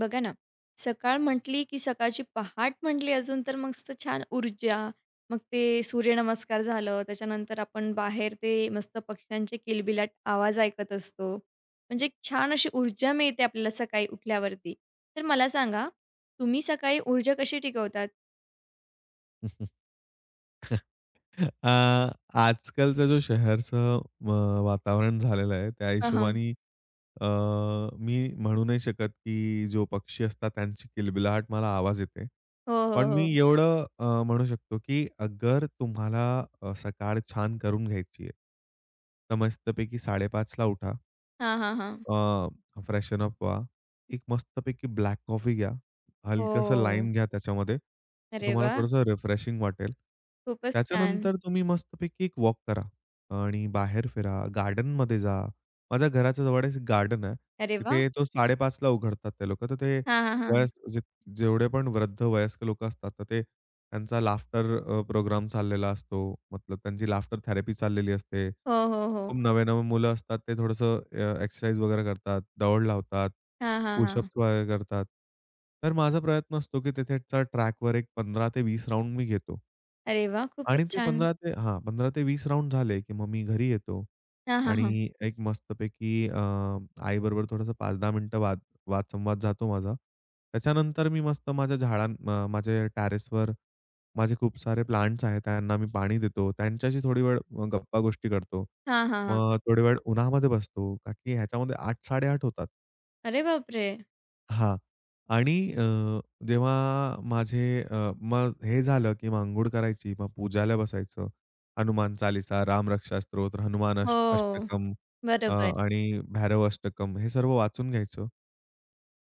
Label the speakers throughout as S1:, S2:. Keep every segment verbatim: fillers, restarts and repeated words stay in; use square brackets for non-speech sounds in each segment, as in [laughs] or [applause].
S1: बघा ना, सकाळ म्हटली, की सकाळची पहाट म्हटली अजून तर मस्त छान ऊर्जा. मग ते सूर्यनमस्कार झालं, त्याच्यानंतर आपण बाहेर ते मस्त पक्ष्यांचे किलबिलाट आवाज ऐकत असतो. म्हणजे एक छान अशी ऊर्जा मिळते आपल्याला सकाळी उठल्यावरती. तर मला सांगा, तुम्ही सकाळी ऊर्जा कशी टिकवतात?
S2: [laughs] अ, आजकालचा जो शहरचं अ, वातावरण झालेलं आहे, त्या
S1: हां, हां.
S2: हिशोबाने अ, मी म्हणू नाही शकत, की जो पक्षी असतात त्यांची किलबिलाहट मला आवाज येते.
S1: हो, हो,
S2: पण मी
S1: हो.
S2: एवढं अ, म्हणू शकतो, की अगर तुम्हाला अ, सकाळ छान करून घ्यायची आहे, तर मस्तपैकी साडे पाच ला उठा.
S1: हां, हां, हां.
S2: अ, फ्रेशन अप व्हा. एक मस्तपैकी ब्लॅक कॉफी घ्या. हलकंसं
S1: हो.
S2: लाईम घ्या त्याच्यामध्ये. तर
S1: अरे
S2: तुम्हाला
S1: वाह!
S2: थोडंसं रिफ्रेशिंग वाटेल.
S1: खूपच छान.
S2: त्याच्यानंतर तुम्ही मस्तपैकी एक वॉक करा आणि बाहेर फिरा, गार्डनमध्ये जा. माझ्या घराच्या जवळ एक गार्डन आहे.
S1: अरे वाह!
S2: तिथे तो साडे पाच ला उघडतात ते लोकं. तर ते
S1: हां, हां, हां.
S2: वयस्क जे जेवढे पण वृद्ध वयस्क लोकं असतात, तर ते त्यांचा लाफ्टर अ, प्रोग्राम चाललेला असतो. मतलब त्यांची लाफ्टर थेरपी चाललेली असते.
S1: हो, हो, हो.
S2: खूप नवे-नवे मुलं असतात. ते थोडंसं अ, एक्सरसाइज वगैरे करतात, दौड लावतात,
S1: हां, हां, हां.
S2: पुशअप्स वगैरे करतात. तर माझा प्रयत्न असतो, की तिथेच्या ट्रॅकवर एक पंधरा ते वीस राउंड मी घेतो.
S1: अरे वाह!
S2: आणि
S1: खूपच
S2: ते
S1: छान.
S2: पंधरा ते हां, पंधरा ते वीस राउंड झाले, की मग मी घरी येतो
S1: हां, हां, हां.
S2: आणि एक मस्तपैकी अ, आईबरोबर थोडंसं पाच ते दहा मिनिटं वाद वादसंवाद जातो माझा. त्याच्यानंतर मी मस्त माझ्या झाडां अ, माझ्या टेरेसवर माझे खूप सारे प्लांट्स आहेत, त्यांना मी पाणी देतो. त्यांच्याशी थोडी वेळ अ, गप्पा गोष्टी करतो.
S1: हां, हां, हां.
S2: मग थोडी वेळ उन्हामध्ये बसतो, का की ह्याच्यामध्ये आठ-साडे आठ होतात.
S1: अरे बापरे!
S2: हां. आणि अ, जेव्हा माझे अ, मग हे झालं, की मग अंघोळ करायची, मग पूजाला बसायचं. हनुमान चालीसा, रामरक्षा स्तोत्र, हनुमान अष्ट
S1: हो,
S2: अष्टकम अ,
S1: बरोबर.
S2: आणि भैरव अष्टकम हे सर्व वाचून घ्यायचं.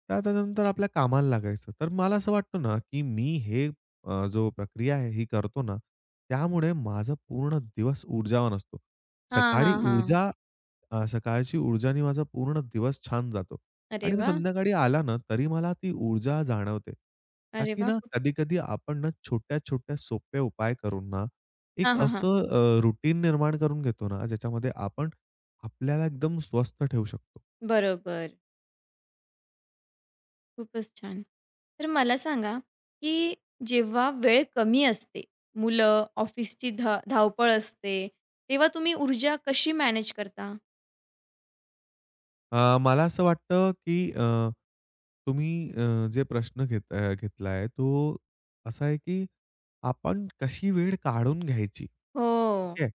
S2: तर त्याच्यानंतर आपल्या कामाला लागायचं. तर मला असं वाटतं ना, की मी हे अ, जो प्रक्रिया आहे ही करतो ना, त्यामुळे माझा पूर्ण दिवस ऊर्जावान असतो.
S1: हां,
S2: सकाळी
S1: हां, हां.
S2: ऊर्जा अ, सकाळची ऊर्जानी माझा पूर्ण दिवस छान जातो.
S1: अरे
S2: आणि मी
S1: वाह!
S2: संध्याकाळी आला ना, तरी मला ती ऊर्जा जाणवते. का
S1: अरे
S2: की
S1: वाह!
S2: ना,
S1: खूप
S2: कधी-कधी आपण ना, छोट्या-छोट्या सोपे उपाय करून ना, एक
S1: हां, हां, हां.
S2: असं अ, रूटीन निर्माण करून घेतो ना, ज्याच्यामध्ये आपण आपल्याला एकदम स्वस्थ ठेवू शकतो.
S1: बरोबर. खूपच छान. तर मला सांगा, की जेव्हा वेळ कमी असते, मुलं, ऑफिसची धा धावपळ असते, तेव्हा तुम्ही ऊर्जा कशी मॅनेज करता?
S2: अ, मला असं वाटतं, की अ, तुम्ही अ, जे प्रश्न घेत अ, घेतलाय तो असा आहे, की आपण कशी वेळ काढून घ्यायची.
S1: हो.
S2: ठीक आहे.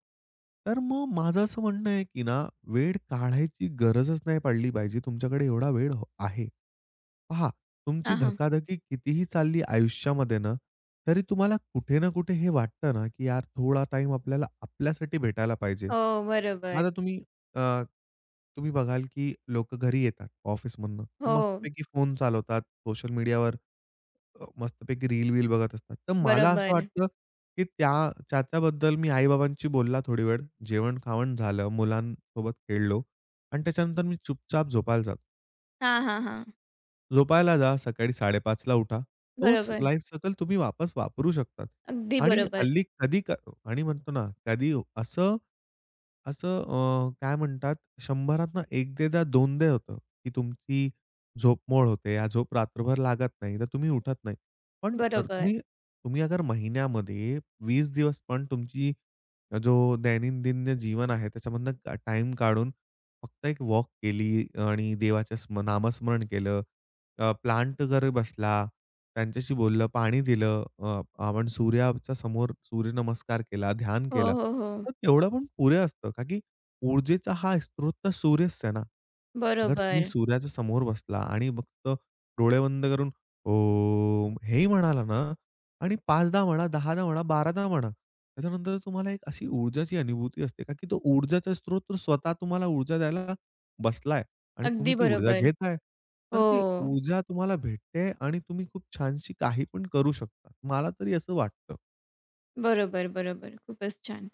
S2: तर मग माझं असं म्हणणं आहे, की ना वेळ काढायची गरजच नाही पडली पाहिजे. तुमच्याकडे एवढा वेळ हो आहे. पहा, तुमची
S1: हां, हां.
S2: धकाधकी कितीही चालली आयुष्यामध्ये ना, तरी तुम्हाला कुठे ना कुठे हे वाटतं ना, की यार थोडा टाइम आपल्याला आपल्यासाठी भेटायला पाहिजे.
S1: हो, बरोबर.
S2: आता तुम्ही अ, तुम्ही बघाल, की लोक घरी येतात ऑफिसमधनं. मग
S1: हो,
S2: मस्तपैकी फोन चालवतात, सोशल मीडियावर अ, मस्तपैकी रील-वील बघत असतात. तर मला असं
S1: बरोबर.
S2: वाटतं, की त्या त्याच्याबद्दल मी आई बोलला थोडी वेळ, जेवण-खावण झालं, मुलांसोबत खेळलो आणि त्याच्यानंतर मी चुपचाप झोपायला जातो.
S1: हां, हां, हां.
S2: झोपायला जा, सकाळी 5:30ला उठा. तोच
S1: बरोबर.
S2: लाईफसायकल तुम्ही वापस वापरू शकतात.
S1: अगदी
S2: आणि
S1: बरोबर.
S2: हल्ली कधी क आणि म्हणतो ना, कधी असं असं अ, काय म्हणतात 100त ना 1-2दा 2दा होतं, की तुमची झोप मोड होते. या झोप रात्रभर लागत नाही, तर तुम्ही उठत नाही. पण अर
S1: बरोबर.
S2: तुम्ही तुम्ही अगर महिन्यामध्ये वीस दिवस पण तुमची जो दैनंदिन जीवन आहे, त्याच्यामधनं टाइम काढून फक्त एक वॉक केली आणि देवाच्या स्म नामस्मरण केलं. अ, प्लांट घरी बसला, त्यांच्याशी बोललं, पाणी दिलं, अ, आपण सूर्याच्या समोर सूर्यनमस्कार केला, ध्यान
S1: हो,
S2: केलं.
S1: हो, हो.
S2: तर तेवढं पण पुरे असतं का की ऊर्जेचा हा स्रोत तर सूर्यच आहे ना. अगर तुम्ही
S1: बरोबर.
S2: सूर्याच्या समोर बसला आणि फक्त डोळे बंद करून "ओम" हेही म्हणाला ना आणि पाच दहा म्हणा, दहा दहा म्हणा, बारा दहा म्हणा. त्याच्यानंतर तुम्हाला एक अशी ऊर्जाची अनुभूती असते का की तो ऊर्जाचा स्रोत तर स्वतः तुम्हाला ऊर्जा द्यायला बसलाय. आणि
S1: अगदी
S2: तुम्ही ती ऊर्जा
S1: बरोबर.
S2: घेताय.
S1: हो.
S2: तर ती ऊर्जा तुम्हाला भेटते आणि तुम्ही खूप छानशी काही पण करू शकता. मला तरी असं वाटतं.
S1: बरोबर, बरोबर. खूपच छान.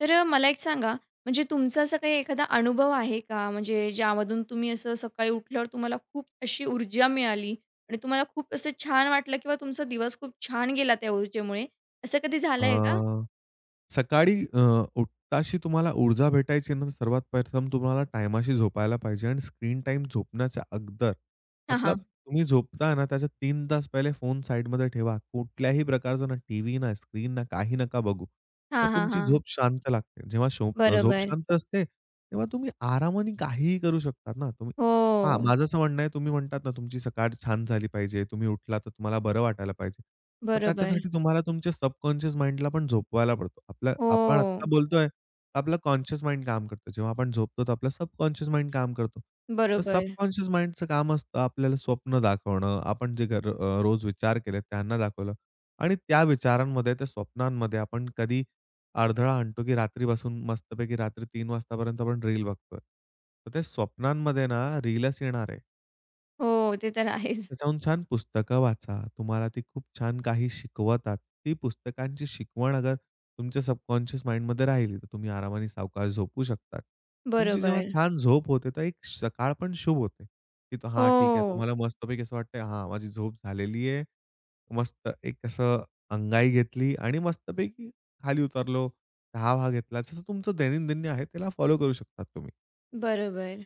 S1: तर अ, मला एक सांगा, म्हणजे तुमचा असा काही एखादा अनुभव आहे का? म्हणजे ज्यामधून तुम्ही असं सकाळी उठल्यावर तुम्हाला खूप अशी ऊर्जा मिळाली आणि तुम्हाला खूप असं छान वाटलं किंवा तुमचा दिवस खूप छान गेला त्या ऊर्जेमुळे, असं कधी झालंय का?
S2: अ, सकाळी अ, उठताशी तुम्हाला ऊर्जा भेटायची ना, तर सर्वात प्रथम तुम्हाला टायमाशी झोपायला पाहिजे आणि स्क्रीन टाईम झोपण्याच्या अगोदर
S1: हां, हां.
S2: मतलब तुम्ही झोपताय ना, त्याच्या तीन तास पहिले फोन साइडमध्ये ठेवा. कुठल्याही प्रकारचा ना टीव्ही ना, स्क्रीन ना, काही नका बघू. तर
S1: हां, हां,
S2: तुमची
S1: हां.
S2: झोप शांत लागते. जेव्हा शोप झोप
S1: बरोबर.
S2: शांत असते, तेव्हा तुम्ही आरामाने काहीही करू शकतात ना. तुम्ही हां,
S1: हो.
S2: माझं असं म्हणणं आहे, तुम्ही म्हणतात ना, तुमची सकाळ छान झाली पाहिजे. तुम्ही उठला तर तुम्हाला बरं वाटायला पाहिजे. तर
S1: बरोबर.
S2: त्याच्यासाठी तुम्हाला तुमच्या सबकॉन्शियस माइंडला पण झोपवायला पडतो. आपलं
S1: हो.
S2: आपण आत्ता बोलतोय, आपलं कॉन्शियस माइंड काम करतो. जेव्हा आपण झोपतो, तर आपलं सबकॉन्शियस माइंड काम करतो. तर
S1: बरोबर.
S2: सबकॉन्शियस माइंडचं काम असतं आपल्याला स्वप्न दाखवणं. आपण जे घर अ, रोज विचार केले त्यांना दाखवलं आणि त्या विचारांमध्ये, त्या स्वप्नांमध्ये आपण कधी अडधळा आणतो, की रात्री रात्रीपासून मस्तपैकी रात्री तीन वाजतापर्यंत आपण रील बघतोय. तर ते स्वप्नांमध्ये ना रीलच येणार आहे.
S1: हो, ते तर आहेच.
S2: त्याच्याहून छान पुस्तकं वाचा. तुम्हाला ती खूप छान काही शिकवतात. ती पुस्तकांची शिकवण अगर तुमच्या सबकॉन्शियस माइंडमध्ये राहिली, तर तुम्ही आरामाने सावकाश झोपू शकतात. तुमची जेव्हा
S1: बरोबर.
S2: छान झोप होते, तर एक सकाळ पण शुभ होते, की तो हां, ठीक आहे. आता
S1: हो.
S2: मला मस्तपैकी असं वाटतंय, हां, माझी झोप झालेली आहे. मस्त एक असं अंगाई घेतली आणि मस्तपैकी खाली उतरलो. चहा-वहा घेतला. जसं तुमचं दैनंदिन आहे, त्याला फॉलो करू शकता तुम्ही.
S1: बरोबर.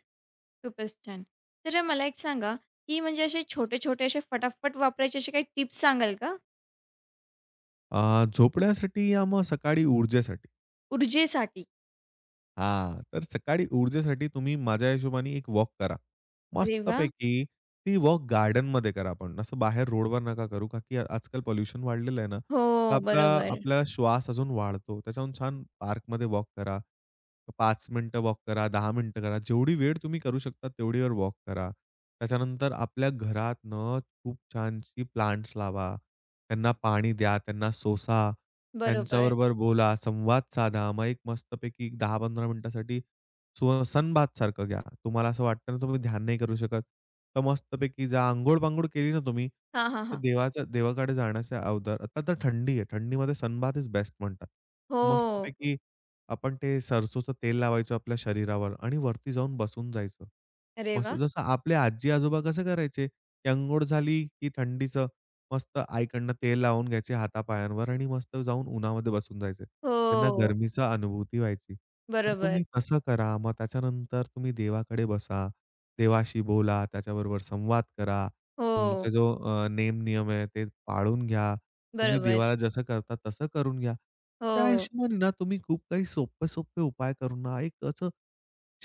S1: खूपच छान. तर मला एक सांगा, की म्हणजे असे छोटे-छोटे असे फटाफट वापरायचे असे काही टिप्स सांगाल का?
S2: अ, झोपण्यासाठी या मग सकाळी ऊर्जेसाठी.
S1: ऊर्जेसाठी.
S2: हां, तर सकाळी ऊर्जेसाठी तुम्ही माझ्या हिशोबाने एक वॉक करा.
S1: अरे वाह!
S2: मस्तपैकी ती वॉक गार्डनमध्ये करा आपण. असं बाहेर रोडवर नका करू, का की आजकाल पोल्युशन वाढलेलं आहे ना, तर
S1: हो,
S2: आपला
S1: बरोबर,
S2: आपला श्वास अजून वाढतो. त्याच्याहून छान पार्कमध्ये वॉक करा. पाच मिनिटं वॉक करा, दहा मिनिटं करा. जेवढी वेळ तुम्ही करू शकता, तेवढी वेळ वॉक करा. त्याच्यानंतर आपल्या घरातनं खूप छानशी प्लांट्स लावा. त्यांना पाणी द्या, त्यांना सोसा.
S1: बरोबर.
S2: त्यांच्याबरोबर बोला, संवाद साधा. मग एक मस्तपैकी दहा ते पंधरा मिनिटासाठी श्वसनबाद सारखं घ्या. तुम्हाला असं वाटतं ना तुम्ही ध्यान नाही करू शकत, तर मस्तपैकी जा. अंघोळ-पांघोळ केली ना तुम्ही,
S1: हां, हां,
S2: तर
S1: हां.
S2: देवाच्या देवाकडे जाण्याच्या अगोदर आता तर थंडी आहे. थंडीमध्ये सनबाथ इज बेस्ट म्हणतात.
S1: हो.
S2: मस्तपैकी आपण ते सरसोचं तेल लावायचं आपल्या शरीरावर आणि वरती जाऊन बसून जायचं.
S1: अरे
S2: मस्त
S1: वाह!
S2: जसं आपले आजी-आजोबा कसं करायचे, की अंघोळ झाली की थंडीचं मस्त आईकडनं तेल लावून घ्यायचे हातापायांवर आणि मस्त जाऊन उन्हामध्ये बसून जायचे. त्यांना
S1: हो,
S2: गरमीचा अनुभूती व्हायची. तर
S1: बरोबर.
S2: तुम्ही तसं करा. मग त्याच्यानंतर तुम्ही देवाकडे बसा. देवाशी बोला, त्याच्याबरोबर संवाद करा.
S1: हो,
S2: तुमचा जो अ, नेम-नियम आहे ते पाळून घ्या. तुम्ही
S1: बरोबर.
S2: देवाला जसं करता तसं करून घ्या. त्या
S1: हो,
S2: हिशोबाने ना तुम्ही खूप काही सोपे-सोपे उपाय करून ना एक असं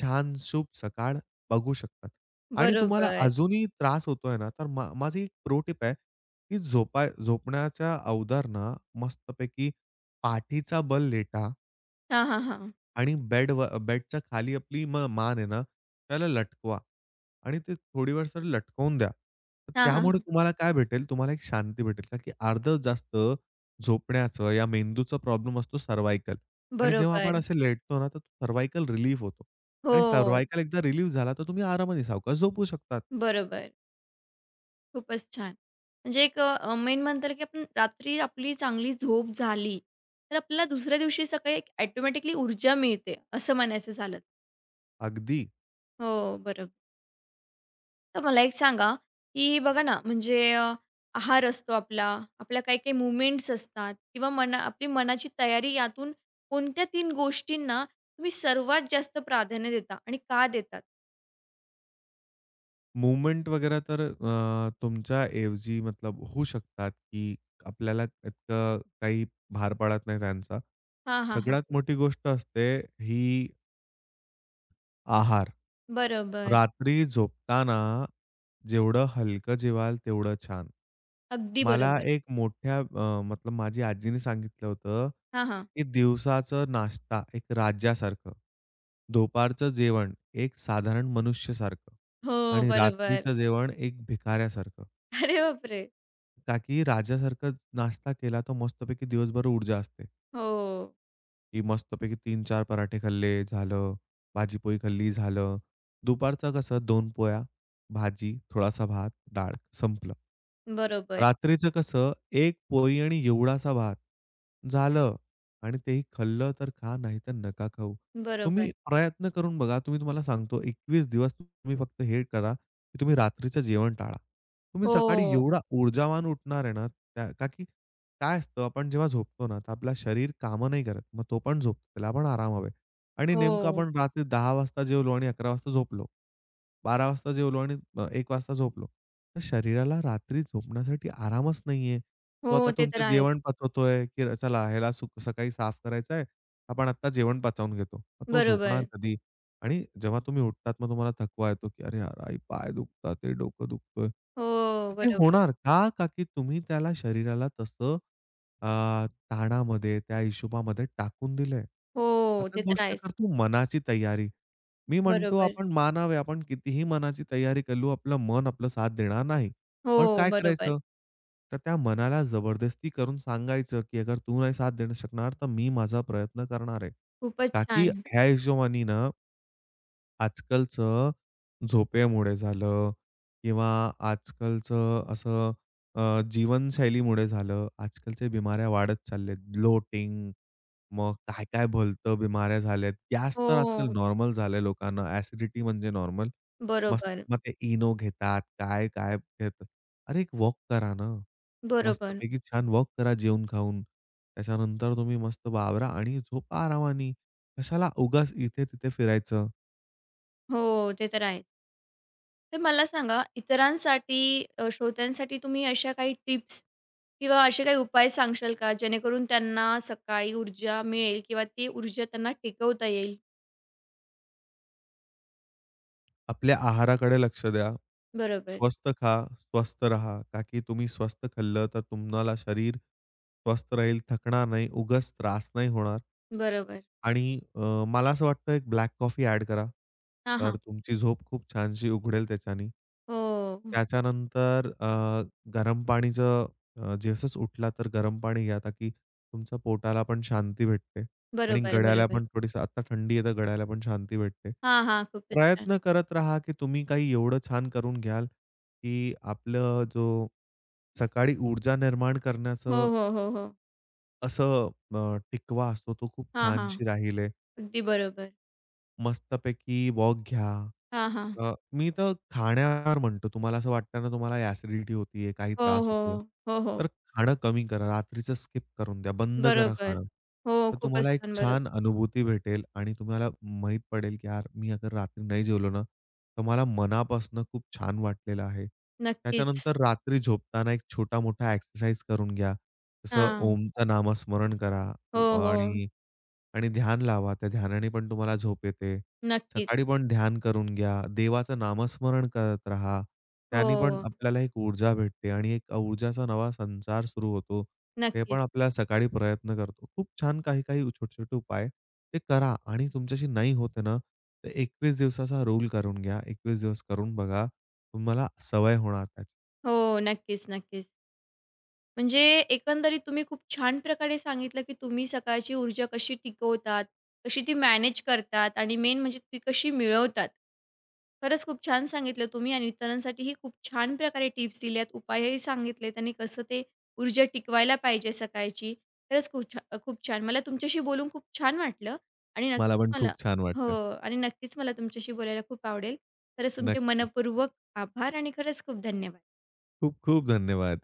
S2: छान शुभ सकाळ बघू शकतात. आणि तुम्हाला
S1: बरोबर.
S2: अजूनही त्रास होतोय ना, तर मा माझी एक प्रो टिप आहे. की झोपाय झोपण्याच्या अवधार ना मस्तपैकी पाठीचा बल लेटा
S1: हां, हां, हां.
S2: आणि बेड बेडच्या खाली आपली म मान आहे ना, त्याला लटकवा आणि ते थोडी वेळ सर लटकवून द्या. तर
S1: हां, हां,
S2: त्यामुळे
S1: हां.
S2: तुम्हाला काय भेटेल, तुम्हाला एक शांती भेटेल. का की अर्ध जास्त झोपण्याचं या मेंदूचा प्रॉब्लेम असतो सर्व्हायकल आणि जेव्हा आपण
S1: बरोबर.
S2: असे लेटतो ना, तर सर्व्हायकल रिलीफ होतो आणि
S1: हो,
S2: सर्व्हायकल एकदा रिलीफ झाला, तर तुम्ही आरामाने सावकाश झोपू शकतात.
S1: बरोबर. खूपच छान. म्हणजे एक अ, मेन म्हणता येईल, की आपण रात्री आपली चांगली झोप झाली, तर आपल्याला दुसऱ्या दिवशी सकाळी एक ऑटोमॅटिकली ऊर्जा मिळते, असं म्हणायचं झालं.
S2: अगदी.
S1: हो, बरोबर. तर मला एक सांगा, की बघा ना, म्हणजे अ, आहार असतो आपला, आपल्या काही-काही मूव्हमेंट्स असतात किंवा मना आपली मनाची तयारी यातून कोणत्या तीन गोष्टींना तुम्ही सर्वात जास्त प्राधान्य देता आणि का देतात?
S2: मूव्हमेंट वगैरे तर अ, तुमच्या ऐवजी मतलब होऊ शकतात, की आपल्याला इतकं काही भार पडत नाही त्यांचा.
S1: हां, हां, हां.
S2: सगळ्यात मोठी गोष्ट असते ही आहार.
S1: बरोबर.
S2: रात्री झोपताना जेवढं हलकं जेवाल तेवढं छान.
S1: अगदी
S2: मला
S1: बरोबर.
S2: एक मोठ्या अ, मतलब माझी आजीने सांगितलं होतं,
S1: हां, हां.
S2: की दिवसाचं नाश्ता एक राजासारखं, दुपारचं जेवण एक साधारण मनुष्यासारखं
S1: हो,
S2: आणि
S1: बरोबर.
S2: रात्रीचं जेवण एक भिकाऱ्यासारखं.
S1: अरे बापरे!
S2: का की राजासारखं नाश्ता केला तर मस्तपैकी दिवसभर ऊर्जा असते.
S1: हो.
S2: की मस्तपैकी तीन चार पराठे खाल्ले, झालं. भाजी-पोळी खाल्ली, झालं. दुपारचं कसं दोन पोळ्या, भाजी, थोडासा भात, डाळ, संपलं.
S1: बरोबर,
S2: रात्रीचं कसं एक पोळी आणि एवढासा भात, झालं. आणि तेही खाल्लं तर खा, नाही तर नका खाऊ.
S1: बरोबर.
S2: तुम्ही प्रयत्न करून बघा. तुम्ही तुम्हाला सांगतो एकवीस दिवस तुम्ही फक्त हे करा, की तुम्ही रात्रीचं जेवण टाळा. तुम्ही सकाळी
S1: हो,
S2: एवढा ऊर्जावान उठणार आहे ना, त्या का की काय असतं आपण जेव्हा झोपतो ना, तर आपलं शरीर कामं नाही करत. मग तो पण झोपतो. त्याला पण आराम हवे आणि नेमकं
S1: हो,
S2: आपण रात्री दहा वाजता जेवलो आणि अकरा वाजता झोपलो. बारा वाजता जेवलो आणि अ, एक वाजता झोपलो. तर शरीराला रात्री झोपण्यासाठी आरामच नाहीये. तो
S1: हो.
S2: आता
S1: ते तर
S2: तुमचं
S1: आहेच.
S2: जेवण पचवतोय, की चला ह्याला सु सकाळी साफ करायचं आहे. आपण आत्ता जेवण पचवून घेतो. मग तो झोपणार
S1: बरोबर.
S2: कधी? आणि जेव्हा तुम्ही उठतात, मग तुम्हाला थकवा येतो, की "अरे यार, आई पाय दुखतात, ते डोकं दुखतोय."
S1: हो,
S2: तर ते
S1: बरोबर.
S2: होणार का? का की तुम्ही त्याला शरीराला तसं अ, ताणामध्ये, त्या हिशोबामध्ये टाकून दिलंय.
S1: हो,
S2: आता
S1: ते तर
S2: गोष्ट
S1: आहेच.
S2: कर मनाची तयारी. मी म्हणतो
S1: बरोबर.
S2: आपण मानावे, आपण कितीही मनाची तयारी करू, आपलं मन आपलं साथ देणार नाही. मग
S1: हो,
S2: काय
S1: बरोबर.
S2: करायचं? तर त्या मनाला जबरदस्ती करून सांगायचं, की "अगर तू नाही साथ देणं शकणार, तर मी माझा प्रयत्न करणार आहे."
S1: खूपच
S2: का की
S1: छान.
S2: ह्या हिशोबानी ना आजकालचं झोपेमुळे झालं किंवा आजकालचं असं अ, जीवनशैलीमुळे झालं. आजकालच्या बिमाऱ्या वाढत चालल्यात. ब्लोटिंग, मग काय-काय भलतं बिमाऱ्या झाल्यात. गॅस तर आजकाल
S1: हो,
S2: नॉर्मल झालंय लोकांना. ॲसिडिटी म्हणजे नॉर्मल. मस्त
S1: बरोबर,
S2: मग ते इनो घेतात, काय-काय घेतात. अरे, एक वॉक करा ना.
S1: बरोबर.
S2: मस्तपैकी छान वॉक करा जेवून खाऊन. त्याच्यानंतर तुम्ही मस्त वावरा आणि झोपा आरामानी. कशाला उगाच इथे-तिथे फिरायचं.
S1: हो, ते तर आहे. तर मला सांगा इतरांसाठी अ, श्रोत्यांसाठी तुम्ही अशा काही टिप्स किंवा असे काही उपाय सांगशाल का? जेणेकरून त्यांना सकाळी ऊर्जा मिळेल किंवा ती ऊर्जा त्यांना टिकवता येईल?
S2: आपल्या आहाराकडे लक्ष द्या.
S1: बरोबर,
S2: स्वस्त खा, स्वस्त राहा. का की तुम्ही स्वस्त खाल्लं तर तुम्हाला शरीर स्वस्थ राहील, थकणार नाही, उगाच त्रास नाही होणार.
S1: बरोबर.
S2: आणि अ, मला असं वाटतं एक ब्लॅक कॉफी ॲड करा.
S1: हां,
S2: तर
S1: हां.
S2: तुमची झोप खूप छानशी उघडेल त्याच्यानी.
S1: हो,
S2: त्याच्यानंतर अ, गरम पाणीचं अ, जसंच उठला तर गरम पाणी घ्या, ताकी तुमच्या पोटाला पण शांती भेटते. आणि
S1: बरोबर,
S2: गळ्याला
S1: बरोबर.
S2: पण थोडीशी आता थंडी आहे तर गळ्याला पण शांती भेटते.
S1: हां, हां. खूपच छान.
S2: प्रयत्न करत राहा, की तुम्ही काही एवढं छान करून घ्याल, की आपलं जो सकाळी ऊर्जा निर्माण
S1: हो,
S2: करण्याचं
S1: हो, हो, हो.
S2: असं अ, टिकवा असतो तो खूप
S1: हां, हां.
S2: छानशी राहील आहे.
S1: अगदी बरोबर.
S2: मस्तपैकी वॉक घ्या.
S1: हां, हां.
S2: अ, मी तर खाण्यावर म्हणतो. तुम्हाला असं वाटतं ना, तुम्हाला ॲसिडिटी होतीये, काही
S1: हो,
S2: त्रास
S1: हो.
S2: होतोय,
S1: हो, हो.
S2: तर खाणं कमी करा. रात्रीचं स्किप करून द्या. बंद करा
S1: बरोबर.
S2: खाणं.
S1: हो,
S2: तर
S1: खूपच
S2: तुम्हाला एक
S1: छान. बरोबर.
S2: छान अनुभूती भेटेल आणि तुम्हाला माहीत पडेल, की यार मी अगर रात्री नाही जेवलो ना, तर मला मनापासून खूप छान वाटलेलं आहे.
S1: नक्कीच.
S2: त्याच्यानंतर रात्री झोपताना एक छोटा-मोठा एक्सरसाइज करून घ्या. जसं
S1: हां.
S2: ओमचं नामस्मरण करा
S1: हो, हो.
S2: आणि आणि ध्यान लावा. त्या ध्यानाने पण तुम्हाला झोप येते. सकाळी
S1: नक्कीच.
S2: पण ध्यान करून घ्या. देवाचं नामस्मरण करत राहा. त्यानी पण
S1: हो.
S2: आपल्याला एक ऊर्जा भेटते आणि एक ऊर्जाचा नवा संचार सुरू होतो. ते पण
S1: नक्कीच.
S2: आपल्याला सकाळी प्रयत्न करतो. खूप छान काही-काही छोटे-छोटे उपाय ते करा आणि तुमच्याशी नाही होत आहे ना, तर एकवीस दिवसाचा रूल करून घ्या. एकवीस दिवस करून बघा. तुम्हाला सवय होणार त्याची.
S1: हो. नक्कीच, नक्कीच. म्हणजे एकंदरीत तुम्ही खूप छान प्रकारे सांगितलं, की तुम्ही सकाळची ऊर्जा कशी टिकवतात, कशी ती मॅनेज करतात आणि मेन म्हणजे ती कशी मिळवतात. खरंच खूप छान सांगितलं तुम्ही आणि इतरांसाठीही खूप छान प्रकारे टिप्स दिल्यात, उपायही सांगितलेत आणि कसं ते ऊर्जा टिकवायला पाहिजे सकाळची. खरंच खूप छा खूप छान. मला तुमच्याशी बोलून खूप छान वाटलं आणि
S2: मला
S1: नक्कीच
S2: पण
S1: मला
S2: खूप छान
S1: हो
S2: वाटलं.
S1: आणि नक्कीच मला तुमच्याशी बोलायला खूप आवडेल. खरंच तुमचे
S2: नक्की.
S1: मनःपूर्वक आभार आणि खरंच खूप धन्यवाद.
S2: खूप खूप धन्यवाद.